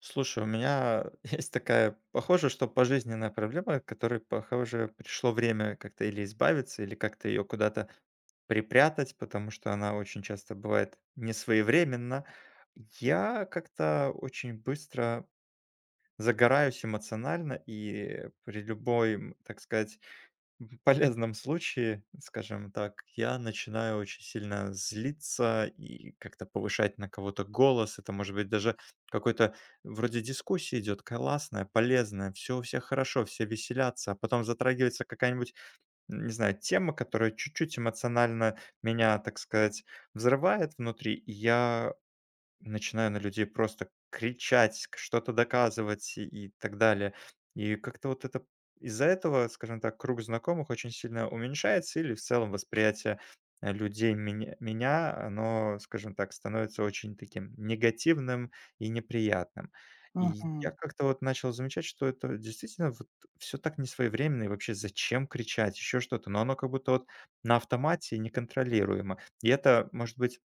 Слушай, у меня есть такая, похоже, что пожизненная проблема, к которой, похоже, пришло время как-то или избавиться, или как-то ее куда-то припрятать, потому что она очень часто бывает несвоевременна. Я как-то очень быстро загораюсь эмоционально и при любой, так сказать, в полезном случае, скажем так, я начинаю очень сильно злиться и как-то повышать на кого-то голос. Это может быть даже какой-то вроде дискуссии идет, классная, полезная, все у всех хорошо, все веселятся, а потом затрагивается какая-нибудь, не знаю, тема, которая чуть-чуть эмоционально меня, так сказать, взрывает внутри. И я начинаю на людей просто кричать, к что-то доказывать и так далее. И как-то вот это из-за этого, скажем так, круг знакомых очень сильно уменьшается или в целом восприятие, людей меня, оно, скажем так, становится очень таким негативным и неприятным. И я Мгм. как-то вот начал замечать, что это действительно вот всё так несвоевременно, и вообще зачем кричать, еще что-то, но оно как будто вот на автомате и неконтролируемо. И это, может быть,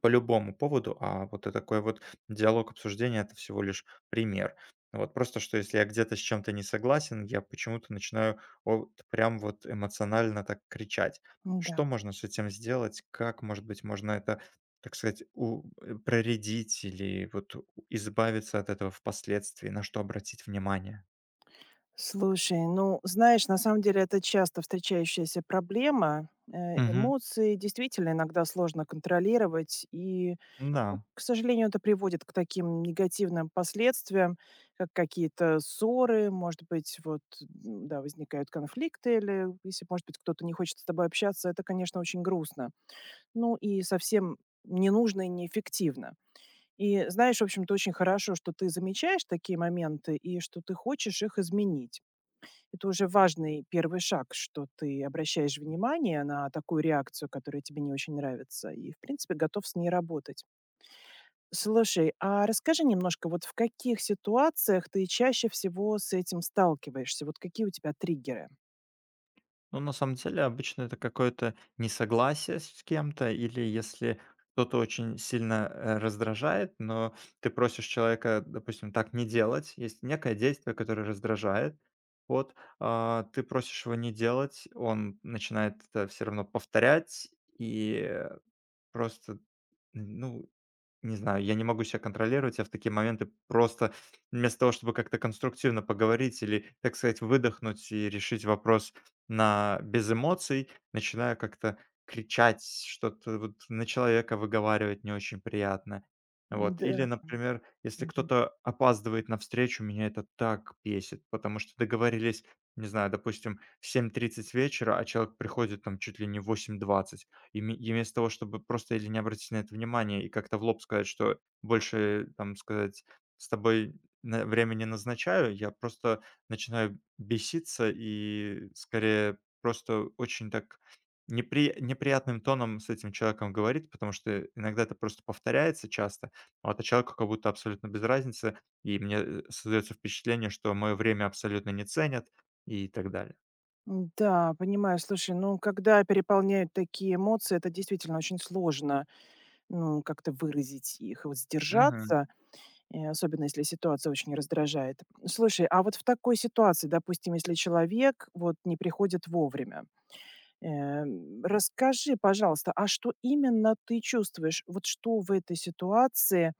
по любому поводу, а вот это такой вот диалог, обсуждения это всего лишь пример. Вот просто, что если я где-то с чем-то не согласен, я почему-то начинаю вот прям вот эмоционально так кричать. Да. Что можно с этим сделать? Как, может быть, можно это, так сказать, проредить или вот у избавиться от этого впоследствии? На что обратить внимание? Слушай, ну, знаешь, на самом деле это часто встречающаяся проблема. Мгм. Эмоции действительно иногда сложно контролировать, и, ну, Да. к сожалению, это приводит к таким негативным последствиям, как какие-то ссоры, может быть, вот, да, возникают конфликты или если, может быть, кто-то не хочет с тобой общаться, это, конечно, очень грустно. Ну и совсем не нужно и неэффективно. И знаешь, в общем-то, очень хорошо, что ты замечаешь такие моменты и что ты хочешь их изменить. Это уже важный первый шаг, что ты обращаешь внимание на такую реакцию, которая тебе не очень нравится, и, в принципе, готов с ней работать. Слушай, а расскажи немножко, вот в каких ситуациях ты чаще всего с этим сталкиваешься? Вот какие у тебя триггеры? Ну, на самом деле, обычно это какое-то несогласие с кем-то, или если кто-то очень сильно раздражает, но ты просишь человека, допустим, так не делать. Есть некое действие, которое раздражает. Вот, ты просишь его не делать, он начинает это все равно повторять, и просто, ну, не знаю, я не могу себя контролировать. Я в такие моменты просто вместо того, чтобы как-то конструктивно поговорить или, так сказать, выдохнуть и решить вопрос на без эмоций, начинаю как-то кричать, что-то вот на человека выговаривать не очень приятно. Вот. Или, Да. например, если Мгм. кто-то опаздывает на встречу, меня это так бесит, потому что договорились, не знаю, допустим, в 7:30 вечера, а человек приходит там чуть ли не в 8:20. И вместо того, чтобы просто или не обратить на это внимание и как-то в лоб сказать, что больше, там, сказать, с тобой на время не назначаю, я просто начинаю беситься и скорее просто очень так неприятным тоном с этим человеком говорить, потому что иногда это просто повторяется часто, а это человеку как будто абсолютно без разницы, и мне, создаётся впечатление, что моё время абсолютно не ценят и так далее. Да, понимаю. Слушай, ну, когда переполняют такие эмоции, это действительно очень сложно. Ну, как-то выразить их, вот сдержаться, особенно если ситуация очень раздражает. Слушай, а вот в такой ситуации, допустим, если человек вот не приходит вовремя, расскажи, пожалуйста, а что именно ты чувствуешь? Вот что в этой ситуации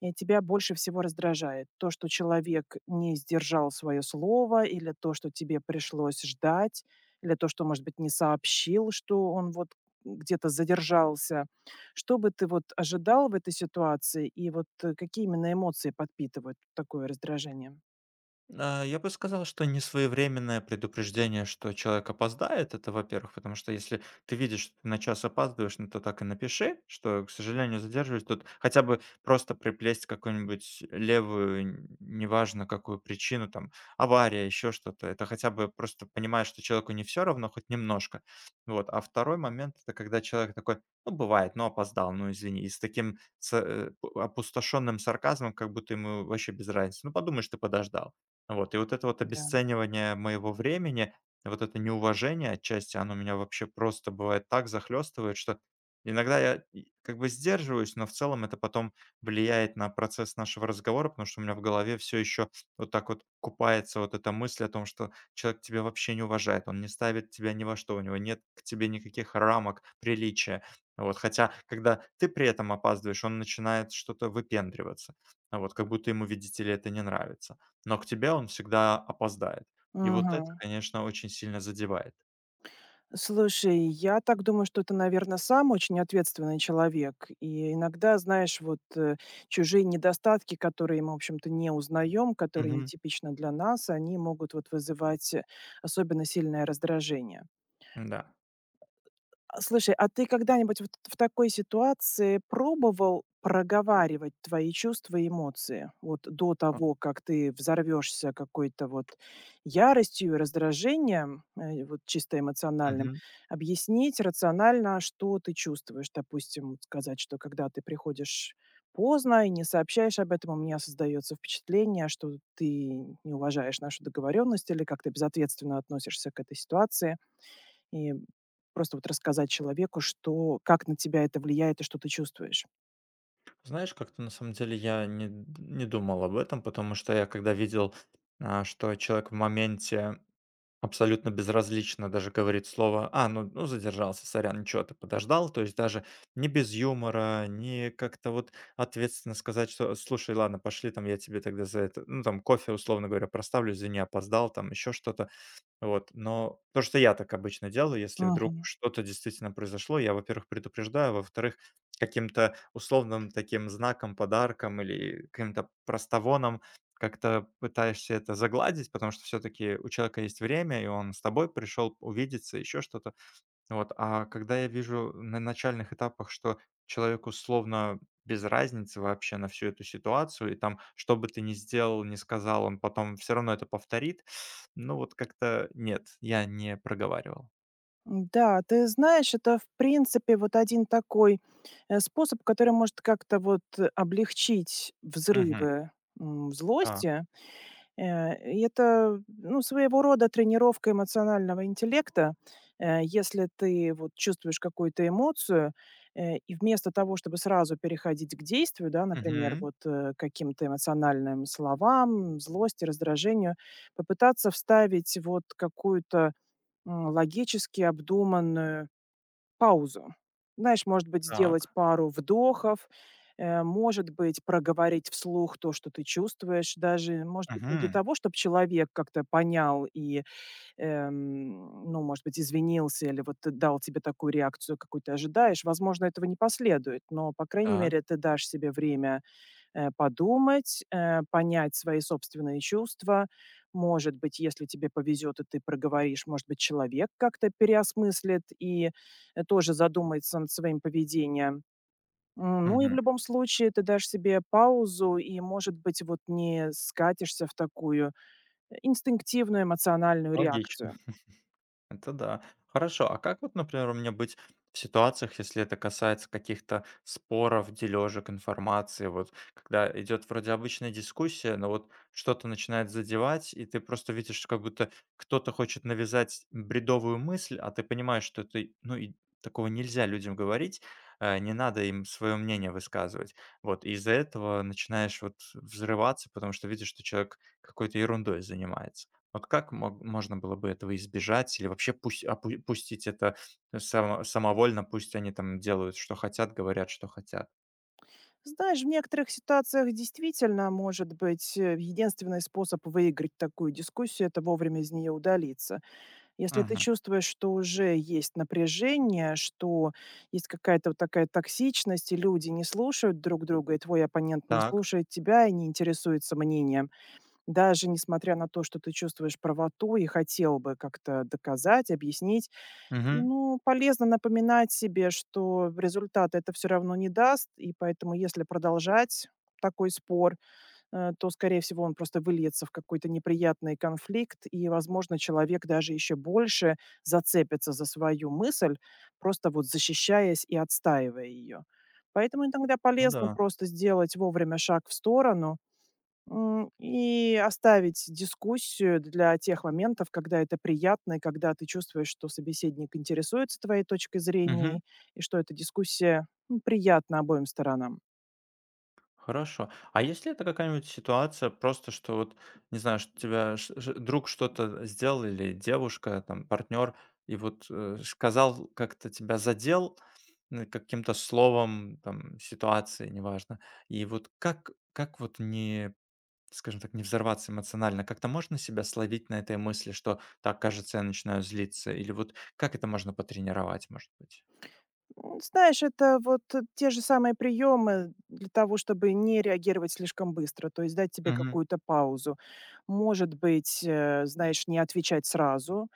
и тебя больше всего раздражает: то, что человек не сдержал свое слово, или то, что тебе пришлось ждать, или то, что, может быть, не сообщил, что он вот где-то задержался. Что бы ты вот ожидал в этой ситуации и вот, какие именно эмоции подпитывают такое раздражение? Я бы сказал, что несвоевременное предупреждение, что человек опоздает, это, во-первых, потому что если ты видишь, что ты на час опаздываешь, ну, то так и напиши, что, к сожалению, задерживаюсь. Тут хотя бы просто приплесть какую-нибудь левую, неважно какую причину, там, авария, еще что-то. Это хотя бы просто понимаешь, что человеку не все равно, хоть немножко. Вот. А второй момент, это когда человек такой, ну, бывает, ну, опоздал, ну, извини. И с таким опустошенным сарказмом, как будто ему вообще без разницы. Ну, подумаешь, ты подождал. Вот, и вот это вот Да. обесценивание моего времени, вот это неуважение отчасти, оно меня вообще просто бывает так захлестывает, что иногда я и как бы сдерживаюсь, но в целом это потом влияет на процесс нашего разговора, потому что у меня в голове все еще вот так вот купается вот эта мысль о том, что человек тебя вообще не уважает, он не ставит тебя ни во что, у него нет к тебе никаких рамок приличия. Вот, хотя, когда ты при этом опаздываешь, он начинает что-то выпендриваться, а вот, как будто ему, видите ли, это не нравится. Но к тебе он всегда опоздает. И вот это, конечно, очень сильно задевает. Слушай, я так думаю, что ты, наверное, сам очень ответственный человек. И иногда, знаешь, вот чужие недостатки, которые мы, в общем-то, не узнаем, которые Мгм. нетипичны для нас, они могут вот вызывать особенно сильное раздражение. Да. А, слушай, а ты когда-нибудь вот в такой ситуации пробовал проговаривать твои чувства и эмоции? Вот до А, того, как ты взорвешься какой-то вот яростью и раздражением, вот чисто эмоциональным, мгм. объяснить рационально, что ты чувствуешь. Допустим, вот сказать, что когда ты приходишь поздно и не сообщаешь об этом, у меня создается впечатление, что ты не уважаешь нашу договоренность или как-то безответственно относишься к этой ситуации. И просто вот рассказать человеку, что как на тебя это влияет и что ты чувствуешь. Знаешь, как-то на самом деле я не думал об этом, потому что я когда видел, что человек в моменте абсолютно безразлично даже говорит слово: "А, ну задержался, сорян, ничего, ты подождал". То есть даже не без юмора, не как-то вот ответственно сказать, что: "Слушай, ладно, пошли, там я тебе тогда за это, ну там кофе, условно говоря, проставлю, извини, опоздал", там еще что-то. Вот, но то, что я так обычно делаю, если вдруг Мгм. что-то действительно произошло, я, во-первых, предупреждаю, а во-вторых, каким-то условным таким знаком, подарком или каким-то простовоном как-то пытаешься это загладить, потому что все-таки у человека есть время, и он с тобой пришел увидеться, еще что-то. Вот, а когда я вижу на начальных этапах, что человеку словно без разницы вообще на всю эту ситуацию, и там, что бы ты ни сделал, ни сказал, он потом все равно это повторит, ну вот как-то нет, я не проговаривал. Да, ты знаешь, это, в принципе, вот один такой, способ, который может как-то вот облегчить Мгм. взрывы, Так. злости. И это, ну, своего рода тренировка эмоционального интеллекта. Э, если ты вот чувствуешь какую-то эмоцию, и вместо того, чтобы сразу переходить к действию, да, например, Мгм. вот, к каким-то эмоциональным словам, злости, раздражению, попытаться вставить вот какую-то, логически обдуманную паузу. Знаешь, может быть, сделать Так. пару вдохов, может быть, проговорить вслух то, что ты чувствуешь, даже, может быть, не для Мгм. того, чтобы человек как-то понял и, ну, может быть, извинился или вот дал тебе такую реакцию, какую ты ожидаешь. Возможно, этого не последует, но, по крайней Так. мере, ты дашь себе время подумать, понять свои собственные чувства. Может быть, если тебе повезет и ты проговоришь, может быть, человек как-то переосмыслит и тоже задумается над своим поведением. М, Ну и в Мгм. любом случае ты дашь себе паузу и, может быть, вот не скатишься в такую инстинктивную эмоциональную Логично. реакцию. Это да. Хорошо, а как вот, например, у меня быть в ситуациях, если это касается каких-то споров, дележек информации, вот когда идет вроде обычная дискуссия, но вот что-то начинает задевать, и ты просто видишь, что как будто кто-то хочет навязать бредовую мысль, а ты понимаешь, что это, ну, и такого нельзя людям говорить, не надо им свое мнение высказывать. Вот, и из-за этого начинаешь вот взрываться, потому что видишь, что человек какой-то ерундой занимается. Вот как мог можно было бы этого избежать или вообще пусть опу пустить это самовольно, пусть они там делают, что хотят, говорят, что хотят. Знаешь, в некоторых ситуациях действительно, может быть, единственный способ выиграть такую дискуссию – это вовремя из нее удалиться. Если ты Мгм. чувствуешь, что уже есть напряжение, что есть какая-то вот такая токсичность, и люди не слушают друг друга, и твой оппонент не Так. слушает тебя и не интересуется мнением, даже несмотря на то, что ты чувствуешь правоту и хотел бы как-то доказать, объяснить, Мгм. ну, полезно напоминать себе, что результат это все равно не даст, и поэтому, если продолжать такой спор, то, скорее всего, он просто выльется в какой-то неприятный конфликт, и, возможно, человек даже еще больше зацепится за свою мысль, просто вот защищаясь и отстаивая ее. Поэтому иногда Ну полезно да. просто сделать вовремя шаг в сторону и оставить дискуссию для тех моментов, когда это приятно, и когда ты чувствуешь, что собеседник интересуется твоей точкой Мгм. зрения, и что эта дискуссия, ну, приятна обоим сторонам. Хорошо. А если это какая-нибудь ситуация просто, что вот, не знаю, что тебя ш ш друг что-то сделал или девушка, там, партнер, и вот, сказал, как-то тебя задел, каким-то словом, там, ситуацией, неважно. И вот как вот не скажем так, не взорваться эмоционально. Как-то можно себя словить на этой мысли, что так, кажется, я начинаю злиться? Или вот как это можно потренировать, может быть? М, Знаешь, это вот те же самые приемы для того, чтобы не реагировать слишком быстро, то есть дать тебе Мгм. какую-то паузу. Может быть, знаешь, не отвечать сразу,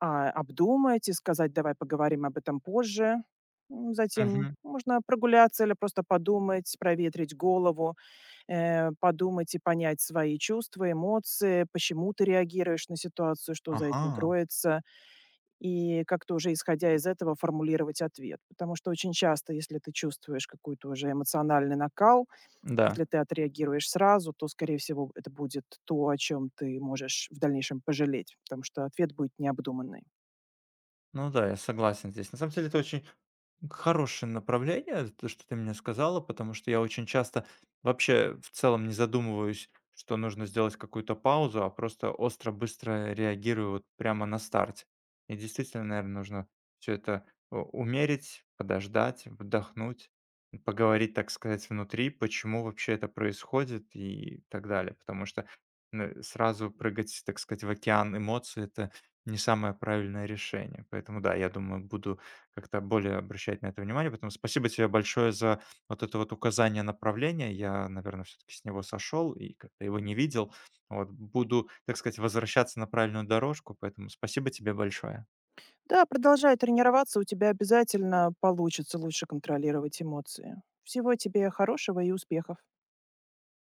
а обдумать и сказать: давай поговорим об этом позже. М, Затем Мгм. можно прогуляться или просто подумать, проветрить голову, подумать и понять свои чувства, эмоции, почему ты реагируешь на ситуацию, что за этим Ага. кроется. И как-то уже исходя из этого формулировать ответ. Потому что очень часто, если ты чувствуешь какой-то уже эмоциональный накал, если Да. ты отреагируешь сразу, то, скорее всего, это будет то, о чем ты можешь в дальнейшем пожалеть, потому что ответ будет необдуманный. Ну да, я согласен здесь. На самом деле это очень хорошее направление, то, что ты мне сказала, потому что я очень часто вообще в целом не задумываюсь, что нужно сделать какую-то паузу, а просто остро, быстро реагирую вот прямо на старте. И действительно, наверное, нужно все это умерить, подождать, вдохнуть, поговорить, так сказать, внутри, почему вообще это происходит и так далее. Потому что ну, сразу прыгать, так сказать, в океан эмоций, это не самое правильное решение. Поэтому да, я думаю, буду как-то более обращать на это внимание. Поэтому спасибо тебе большое за вот это вот указание направления. Я, наверное, все-таки с него сошел и как-то его не видел. Вот буду, так сказать, возвращаться на правильную дорожку. Поэтому спасибо тебе большое. Да, продолжай тренироваться, у тебя обязательно получится лучше контролировать эмоции. Всего тебе хорошего и успехов.